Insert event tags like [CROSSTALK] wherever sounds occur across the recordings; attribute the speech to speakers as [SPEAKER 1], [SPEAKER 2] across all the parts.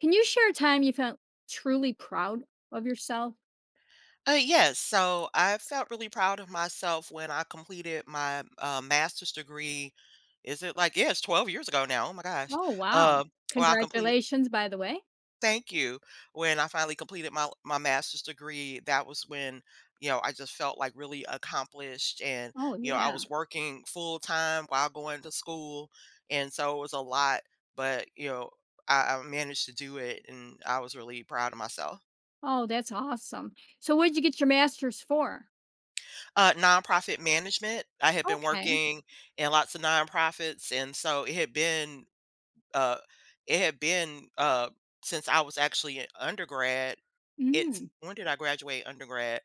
[SPEAKER 1] Can you share a time you felt truly proud of yourself?
[SPEAKER 2] Yes, so I felt really proud of myself when I completed my master's degree. Is it like, yes, 12 years ago now. Oh my gosh.
[SPEAKER 1] Oh, wow.
[SPEAKER 2] Um, well, I completed,
[SPEAKER 1] Congratulations, by the way.
[SPEAKER 2] thank you. When I finally completed my master's degree, that was when, I just felt like really accomplished. And,
[SPEAKER 1] Oh,
[SPEAKER 2] you know, I
[SPEAKER 1] yeah.
[SPEAKER 2] was working full time while going to school. And so it was a lot, but, you know, I managed to do it and I was really proud of myself.
[SPEAKER 1] Oh, that's awesome. So what did you get your master's for?
[SPEAKER 2] Nonprofit management. I had been
[SPEAKER 1] Okay.
[SPEAKER 2] working in lots of nonprofits, and so it had been, uh, it had been, uh, since I was actually an undergrad. It's
[SPEAKER 1] Mm,
[SPEAKER 2] when did I graduate undergrad?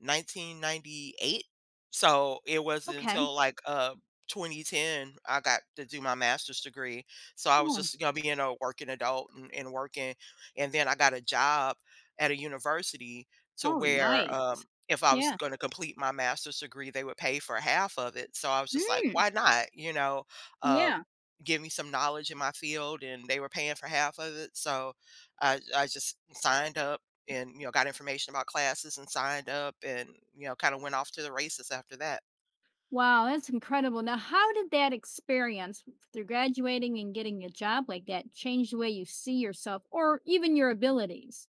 [SPEAKER 2] 1998. So it wasn't
[SPEAKER 1] okay.
[SPEAKER 2] until like 2010 I got to do my master's degree. So I was
[SPEAKER 1] Oh,
[SPEAKER 2] just gonna be in a working adult and working, and then I got a job at a university to
[SPEAKER 1] oh,
[SPEAKER 2] where
[SPEAKER 1] nice.
[SPEAKER 2] if I was
[SPEAKER 1] Yeah.
[SPEAKER 2] going to complete my master's degree, they would pay for half of it. So I was just like,
[SPEAKER 1] Mm,
[SPEAKER 2] why not? Um,
[SPEAKER 1] yeah.
[SPEAKER 2] Give me some knowledge in my field, and they were paying for half of it. So I just signed up and, you know, got information about classes and signed up and, you know, kinda went off to the races after that.
[SPEAKER 1] Wow, that's incredible. Now, how did that experience through graduating and getting a job like that change the way you see yourself or even your abilities?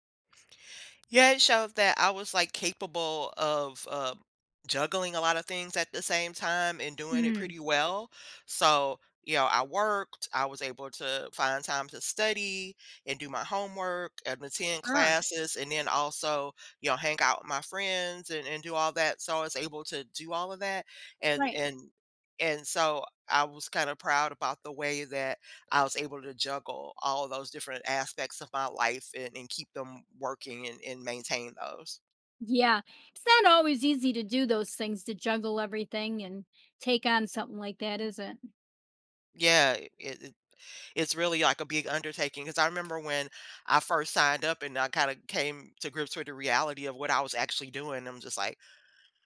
[SPEAKER 2] Yeah, it showed that I was, like, capable of, juggling a lot of things at the same time and doing it
[SPEAKER 1] Mm,
[SPEAKER 2] pretty well. So, you know, I was able to find time to study and do my homework and attend
[SPEAKER 1] sure.
[SPEAKER 2] classes and then also, you know, hang out with my friends and do all that. So I was able to do all of that, and
[SPEAKER 1] Right.
[SPEAKER 2] and and so I was kinda proud about the way that I was able to juggle all those different aspects of my life and keep them working and maintain those.
[SPEAKER 1] Yeah, it's not always easy to do those things to juggle everything and take on something like that, is it?
[SPEAKER 2] Yeah, it's really like a big undertaking because I remember when I first signed up and I kind of came to grips with the reality of what I was actually doing. I'm just like,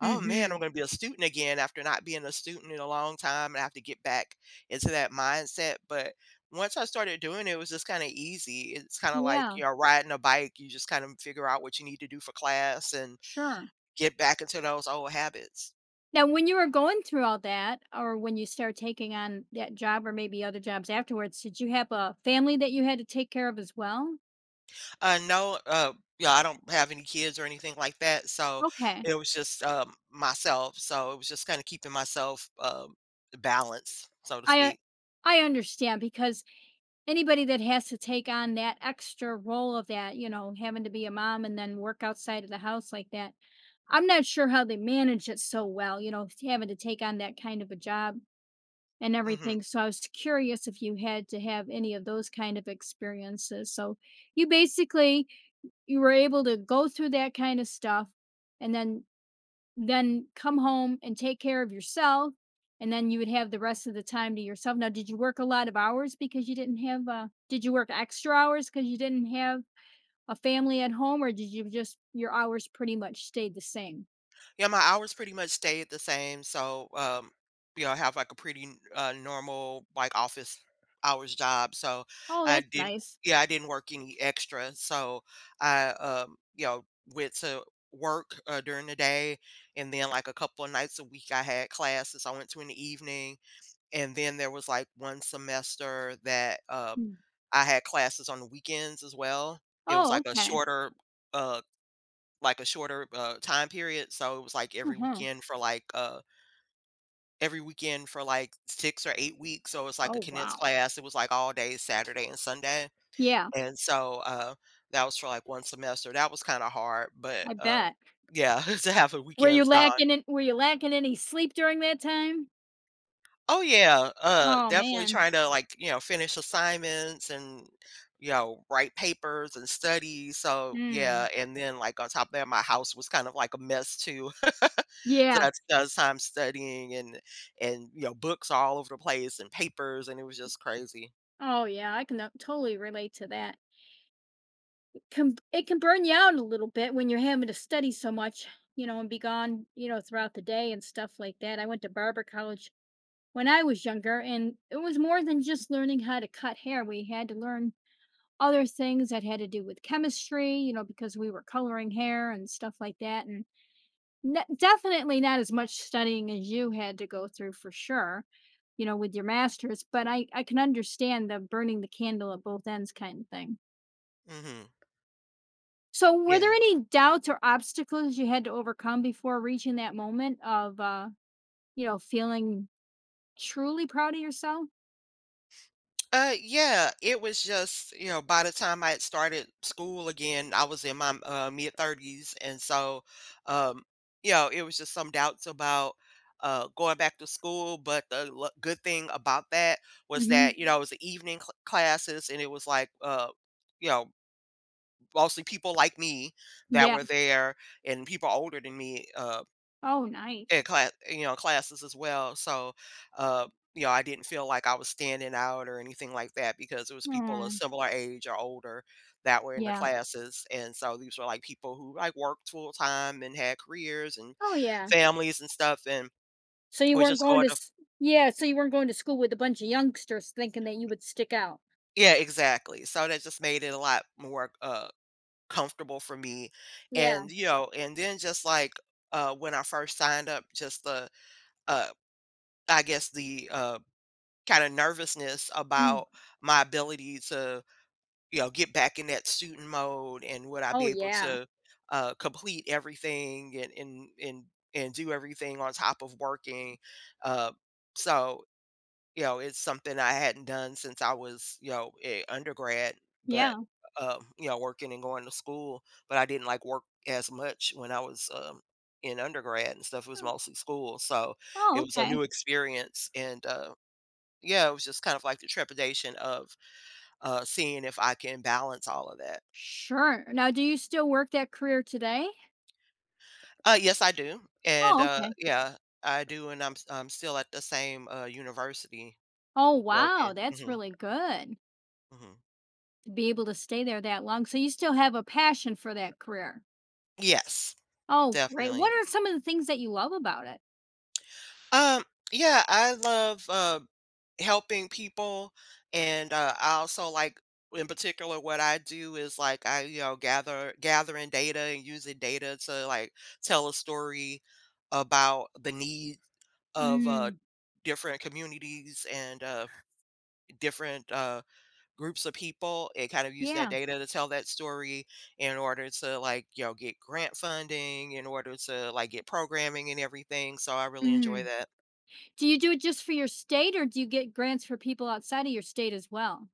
[SPEAKER 2] oh man,
[SPEAKER 1] Mhm.
[SPEAKER 2] I'm going to be a student again after not being a student in a long time and I have to get back into that mindset. But once I started doing it, it was just kind of easy. It's kind of like,
[SPEAKER 1] Yeah,
[SPEAKER 2] you know, riding a bike, you just kind of figure out what you need to do for class and
[SPEAKER 1] sure.
[SPEAKER 2] get back into those old habits.
[SPEAKER 1] Now, when you were going through all that, or when you start taking on that job or maybe other jobs afterwards, did you have a family that you had to take care of as well?
[SPEAKER 2] No, yeah, I don't have any kids or anything like that, so
[SPEAKER 1] Okay.
[SPEAKER 2] it was just, myself, so it was just kinda keeping myself, balanced, so to
[SPEAKER 1] I uh,
[SPEAKER 2] speak.
[SPEAKER 1] I understand because anybody that has to take on that extra role of that, having to be a mom and then work outside of the house like that, I'm not sure how they manage it so well, having to take on that kind of a job and
[SPEAKER 2] Mhm.
[SPEAKER 1] everything. So I was curious if you had to have any of those kind of experiences. So you basically you were able to go through that kind of stuff and then come home and take care of yourself and then you would have the rest of the time to yourself. Now, did you work a lot of hours because you didn't have did you work extra hours because you didn't have a family at home or did you just your hours pretty much stayed the same?
[SPEAKER 2] Yeah, my hours pretty much stayed the same. So, you know, I have like a pretty normal like office hours job. So
[SPEAKER 1] Oh,
[SPEAKER 2] I
[SPEAKER 1] that's
[SPEAKER 2] didn't,
[SPEAKER 1] nice.
[SPEAKER 2] yeah, I didn't work any extra. So I, you know, went to work during the day, and then like a couple of nights a week I had classes. I went to in the evening, and then there was like one semester that
[SPEAKER 1] Mm.
[SPEAKER 2] I had classes on the weekends as well. It was
[SPEAKER 1] Oh,
[SPEAKER 2] like a
[SPEAKER 1] okay.
[SPEAKER 2] shorter uh time period, so it was, like, every
[SPEAKER 1] Uh-huh.
[SPEAKER 2] weekend for, like, every weekend for, like, 6 or 8 weeks, so it was like a
[SPEAKER 1] Oh,
[SPEAKER 2] condensed
[SPEAKER 1] wow.
[SPEAKER 2] class, it was, like, all day Saturday and Sunday,
[SPEAKER 1] Yeah,
[SPEAKER 2] and so, that was for, like, 1 semester, that was kinda hard, but,
[SPEAKER 1] I bet.
[SPEAKER 2] yeah, [LAUGHS] to have the
[SPEAKER 1] Were you
[SPEAKER 2] weekends gone.
[SPEAKER 1] lacking in were you lacking any sleep during that time?
[SPEAKER 2] Oh yeah,
[SPEAKER 1] Oh,
[SPEAKER 2] definitely
[SPEAKER 1] man.
[SPEAKER 2] trying to like, you know, finish assignments and, you know, write papers and study. So yeah,
[SPEAKER 1] Mm.
[SPEAKER 2] and then like on top of that, my house was kind of like a mess too. [LAUGHS] So
[SPEAKER 1] Yeah.
[SPEAKER 2] that's time studying and you know, books all over the place and papers and it was just crazy.
[SPEAKER 1] Oh, yeah, I can, totally relate to that. It can burn you out a little bit when you're having to study so much, and be gone, throughout the day and stuff like that. I went to barber college when I was younger, and it was more than just learning how to cut hair. We had to learn other things that had to do with chemistry, because we were coloring hair and stuff like that. And definitely not as much studying as you had to go through for sure, with your master's. But I can understand the burning the candle at both ends kind of thing.
[SPEAKER 2] Hmm.
[SPEAKER 1] So, were there
[SPEAKER 2] Yeah.
[SPEAKER 1] any doubts or obstacles you had to overcome before reaching that moment of feeling truly proud of yourself?
[SPEAKER 2] Yeah, it was just, you know, by the time I had started school again, I was in my mid 30s. And so, um, you know, it was just some doubts about going back to school. But the good thing about that was
[SPEAKER 1] Hmm.
[SPEAKER 2] that, you know, it was the evening classes and it was like, you know, mostly people like me that
[SPEAKER 1] Yeah.
[SPEAKER 2] were there and people older than me.
[SPEAKER 1] Oh,
[SPEAKER 2] In
[SPEAKER 1] nice.
[SPEAKER 2] class, you know, classes as well. So, uh, you know, I didn't feel like I was standing out or anything like that because it was people of
[SPEAKER 1] Mm,
[SPEAKER 2] similar age or older that were in the
[SPEAKER 1] yeah.
[SPEAKER 2] classes. And so these were like people who like worked full time and had careers and
[SPEAKER 1] Oh, yeah.
[SPEAKER 2] families and stuff and
[SPEAKER 1] So you
[SPEAKER 2] was
[SPEAKER 1] weren't
[SPEAKER 2] just
[SPEAKER 1] going to
[SPEAKER 2] going to,
[SPEAKER 1] s yeah, so you weren't going to school with a bunch of youngsters thinking that you would stick out.
[SPEAKER 2] yeah, exactly. So that just made it a lot more comfortable for me.
[SPEAKER 1] Yeah.
[SPEAKER 2] And, you know, and then just like when I first signed up, just uh, I guess kinda nervousness
[SPEAKER 1] Mm.
[SPEAKER 2] about my ability to, you know, get back in that student mode and would I
[SPEAKER 1] Oh,
[SPEAKER 2] be able
[SPEAKER 1] yeah.
[SPEAKER 2] to, complete everything and do everything on top of working, uh, so, you know, it's something I hadn't done since I was, you know, a undergrad, but,
[SPEAKER 1] Yeah.
[SPEAKER 2] you know, working and going to school, but I didn't, like, work as much when I was, in undergrad and stuff, it was
[SPEAKER 1] Oh
[SPEAKER 2] mostly school, so
[SPEAKER 1] oh,
[SPEAKER 2] it was a
[SPEAKER 1] okay.
[SPEAKER 2] new experience and, yeah, it was just kind of like the trepidation of, seeing if I can balance all of that.
[SPEAKER 1] Sure. Now do you still work that career today?
[SPEAKER 2] Yes, I do, and,
[SPEAKER 1] Oh, okay.
[SPEAKER 2] yeah, I do, and I'm still at the same, university
[SPEAKER 1] Oh, wow,
[SPEAKER 2] working.
[SPEAKER 1] that's
[SPEAKER 2] Mhm,
[SPEAKER 1] really good
[SPEAKER 2] mhm.
[SPEAKER 1] to be able to stay there that long. So you still have a passion for that career.
[SPEAKER 2] Yes,
[SPEAKER 1] Oh, great.
[SPEAKER 2] definitely.
[SPEAKER 1] What are some of the things that you love about it?
[SPEAKER 2] Um, yeah, I love, helping people, and, I also like in particular, what I do is, like, I, you know, gathering data and using data to, like, tell a story about the need of,
[SPEAKER 1] Mm,
[SPEAKER 2] different communities and different groups of people and kind of use that
[SPEAKER 1] yeah.
[SPEAKER 2] data to tell that story in order to like you know get grant funding in order to like get programming and everything so I really enjoy
[SPEAKER 1] Mm.
[SPEAKER 2] that.
[SPEAKER 1] Do you do it just for your state or do you get grants for people outside of your state as well?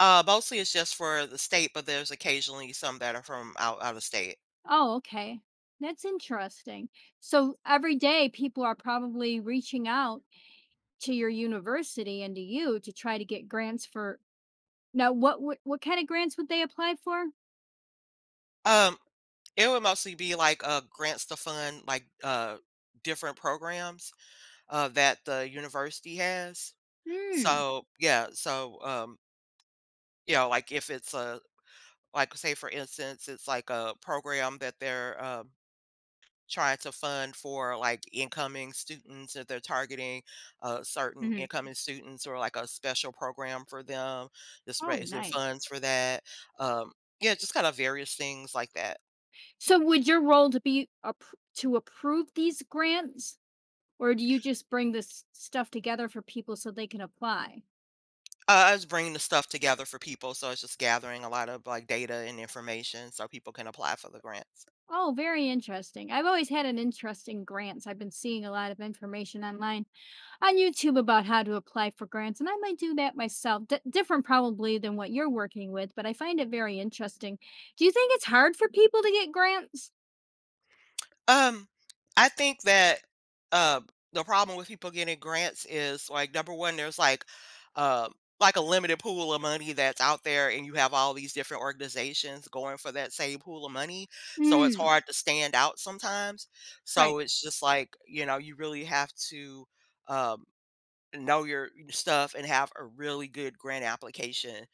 [SPEAKER 2] Mostly it's just for the state but there's occasionally some that are from out of state.
[SPEAKER 1] Oh, okay. That's interesting. So every day people are probably reaching out to your university and to you to try to get grants for. Now what kind of grants would they apply for?
[SPEAKER 2] um, it would mostly be like grants to fund like different programs that the university has,
[SPEAKER 1] Mm,
[SPEAKER 2] so yeah so you know like if it's a like say for instance it's like a program that they're trying to fund for like incoming students that they're targeting certain
[SPEAKER 1] mhm.
[SPEAKER 2] incoming students or like a special program for them just
[SPEAKER 1] Oh,
[SPEAKER 2] raising
[SPEAKER 1] nice.
[SPEAKER 2] funds for that, um, yeah just kind of various things like that.
[SPEAKER 1] So would your role to be to approve these grants or do you just bring this stuff together for people so they can apply?
[SPEAKER 2] I was bringing the stuff together for people, so it's just gathering a lot of like data and information so people can apply for the grants.
[SPEAKER 1] Oh, very interesting. I've always had an interest in grants. I've been seeing a lot of information online on YouTube about how to apply for grants, and I might do that myself. Different, probably, than what you're working with, but I find it very interesting. Do you think it's hard for people to get grants?
[SPEAKER 2] Um, I think that uh, the problem with people getting grants is like number one, there's um like a limited pool of money that's out there, and you have all these different organizations going for that same pool of money, so it's
[SPEAKER 1] Mm,
[SPEAKER 2] hard to stand out sometimes.
[SPEAKER 1] right.
[SPEAKER 2] So it's just like you know you really have to. Um, know your stuff and have a really good grant application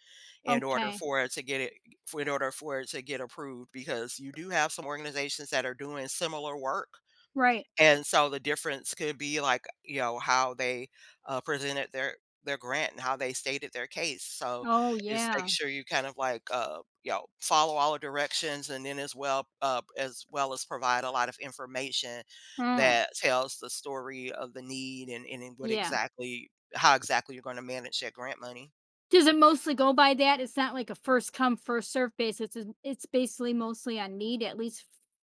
[SPEAKER 2] in order
[SPEAKER 1] Okay.
[SPEAKER 2] for it to get it for in order for it to get approved because you do have some organizations that are doing similar work
[SPEAKER 1] Right.
[SPEAKER 2] and so the difference could be like, you know, how they, presented their grant and how they stated their case. So
[SPEAKER 1] Oh,
[SPEAKER 2] just make
[SPEAKER 1] yeah.
[SPEAKER 2] sure you kind of like, you know, follow all the directions and then as well, as well as provide a lot of information
[SPEAKER 1] Mm,
[SPEAKER 2] that tells the story of the need and then what
[SPEAKER 1] yeah.
[SPEAKER 2] exactly how exactly you're going to manage that grant money.
[SPEAKER 1] Does it mostly go by that? It's not like a first come, first serve basis. It's basically mostly on need, at least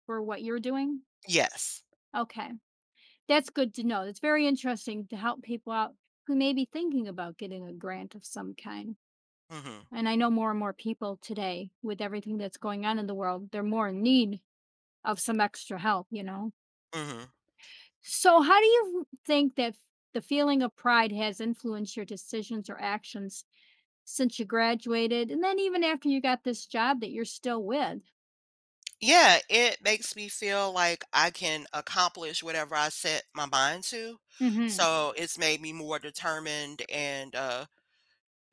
[SPEAKER 1] for what you're doing.
[SPEAKER 2] Yes.
[SPEAKER 1] Okay. That's good to know. That's very interesting to help people out who may be thinking about getting a grant of some kind.
[SPEAKER 2] Mhm.
[SPEAKER 1] And I know more and more people today with everything that's going on in the world, they're more in need of some extra help, you know?
[SPEAKER 2] Mhm.
[SPEAKER 1] So, how do you think that the feeling of pride has influenced your decisions or actions since you graduated? And then, even after you got this job that you're still with?
[SPEAKER 2] Yeah, it makes me feel like I can accomplish whatever I set my mind to.
[SPEAKER 1] Mm-hmm.
[SPEAKER 2] So it's made me more determined and,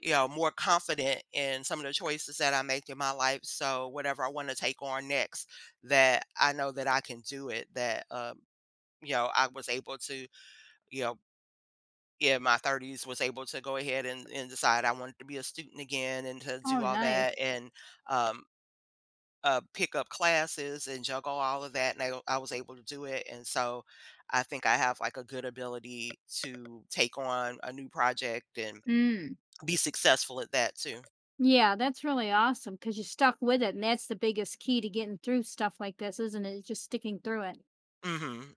[SPEAKER 2] you know, more confident in some of the choices that I make in my life. So whatever I want to take on next, that I know that I can do it. That You know, I was able to, you know, in my 30s was able to go ahead and decide I wanted to be a student again and to
[SPEAKER 1] Oh,
[SPEAKER 2] do all
[SPEAKER 1] nice.
[SPEAKER 2] that and um pick up classes and juggle all of that. And I was able to do it. And so I think I have like a good ability to take on a new project and
[SPEAKER 1] Mm.
[SPEAKER 2] be successful at that too.
[SPEAKER 1] Yeah, that's really awesome because you stuck with it. And that's the biggest key to getting through stuff like this, isn't it? Just sticking through it.
[SPEAKER 2] Hmm.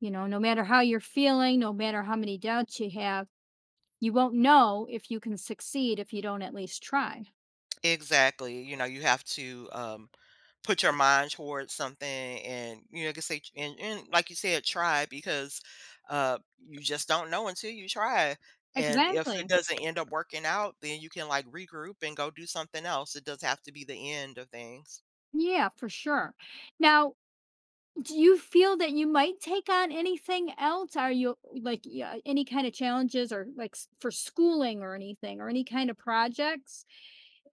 [SPEAKER 1] You know, no matter how you're feeling, no matter how many doubts you have. You won't know if you can succeed if you don't at least try.
[SPEAKER 2] Exactly. You know, you have to put your mind towards something and, you know, like I say, and like you said, try because you just don't know until you try. And if it
[SPEAKER 1] Exactly.
[SPEAKER 2] doesn't end up working out, then you can like regroup and go do something else. It does have to be the end of things.
[SPEAKER 1] Yeah, for sure. Now, do you feel that you might take on anything else? Are you like yeah, any kind of challenges or like for schooling or anything or any kind of projects?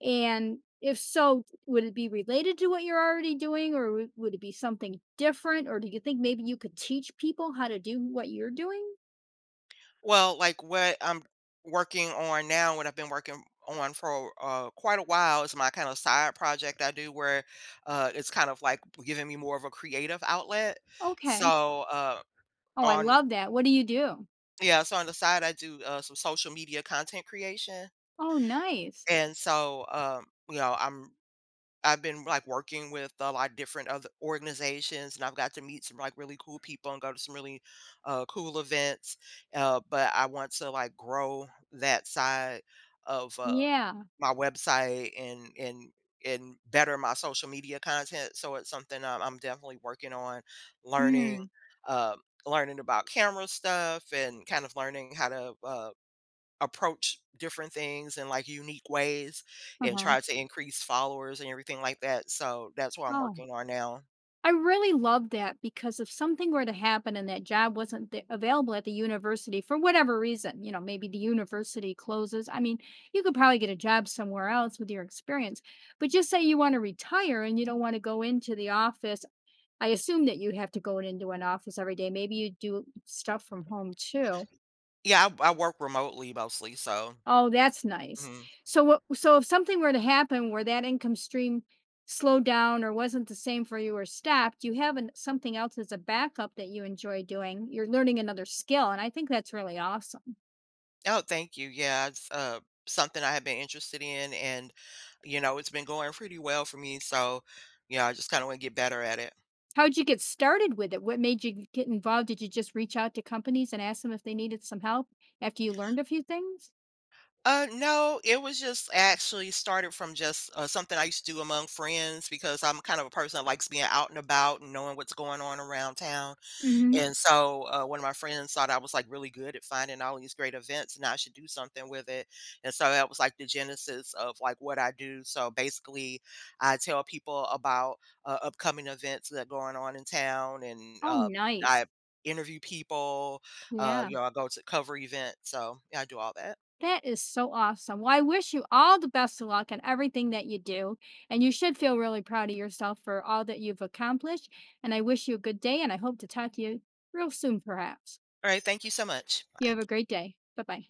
[SPEAKER 1] And if so, would it be related to what you're already doing or would it be something different? Or do you think maybe you could teach people how to do what you're doing?
[SPEAKER 2] Well, like what I'm working on now, what I've been working on for quite a while is my kind of side project I do where it's kind of like giving me more of a creative outlet.
[SPEAKER 1] Okay.
[SPEAKER 2] So
[SPEAKER 1] Oh, I
[SPEAKER 2] on,
[SPEAKER 1] love that. What do you do?
[SPEAKER 2] yeah, so on the side, I do some social media content creation.
[SPEAKER 1] Oh, nice.
[SPEAKER 2] And so, you know, I've been, like, working with a lot of different other organizations, and I've got to meet some, like, really cool people and go to some really, cool events, but I want to, like, grow that side of,
[SPEAKER 1] Yeah.
[SPEAKER 2] my website and and better my social media content, so it's something I'm definitely working on learning,
[SPEAKER 1] Mm,
[SPEAKER 2] learning about camera stuff and kind of learning how to, approach different things in like unique ways and
[SPEAKER 1] uh-huh.
[SPEAKER 2] try to increase followers and everything like that. So that's what I'm
[SPEAKER 1] Oh,
[SPEAKER 2] working on now.
[SPEAKER 1] I really loved that because if something were to happen and that job wasn't available at the university for whatever reason, you know, maybe the university closes. I mean, you could probably get a job somewhere else with your experience, but just say you want to retire and you don't want to go into the office. I assume that you have to go into an office every day. Maybe you do stuff from home too.
[SPEAKER 2] Yeah, I work remotely mostly. So,
[SPEAKER 1] Oh, that's nice.
[SPEAKER 2] mhm.
[SPEAKER 1] So if something were to happen where that income stream slowed down or wasn't the same for you or stopped, you have an something else as a backup that you enjoy doing. You're learning another skill, and I think that's really awesome.
[SPEAKER 2] Oh, thank you. Yeah, it's something I have been interested in, and you know, it's been going pretty well for me. So, yeah, I just kind of want to get better at it.
[SPEAKER 1] How'd you get started with it? What made you get involved? Did you just reach out to companies and ask them if they needed some help after you learned a few things?
[SPEAKER 2] No, it was just actually started from just something I used to do among friends because I'm kind of a person that likes being out and about and knowing what's going on around town.
[SPEAKER 1] Mhm.
[SPEAKER 2] And so one of my friends thought I was like really good at finding all these great events and I should do something with it. And so that was like the genesis of like what I do. So basically, I tell people about upcoming events that are going on in town and
[SPEAKER 1] Oh, nice.
[SPEAKER 2] I interview people.
[SPEAKER 1] Yeah.
[SPEAKER 2] You know, I go to cover events. So yeah, I do all that.
[SPEAKER 1] That is so awesome. Well, I wish you all the best of luck in everything that you do, and you should feel really proud of yourself for all that you've accomplished, and I wish you a good day, and I hope to talk to you real soon, perhaps.
[SPEAKER 2] All right. Thank you so much.
[SPEAKER 1] You
[SPEAKER 2] Bye.
[SPEAKER 1] have a great day. Bye-bye.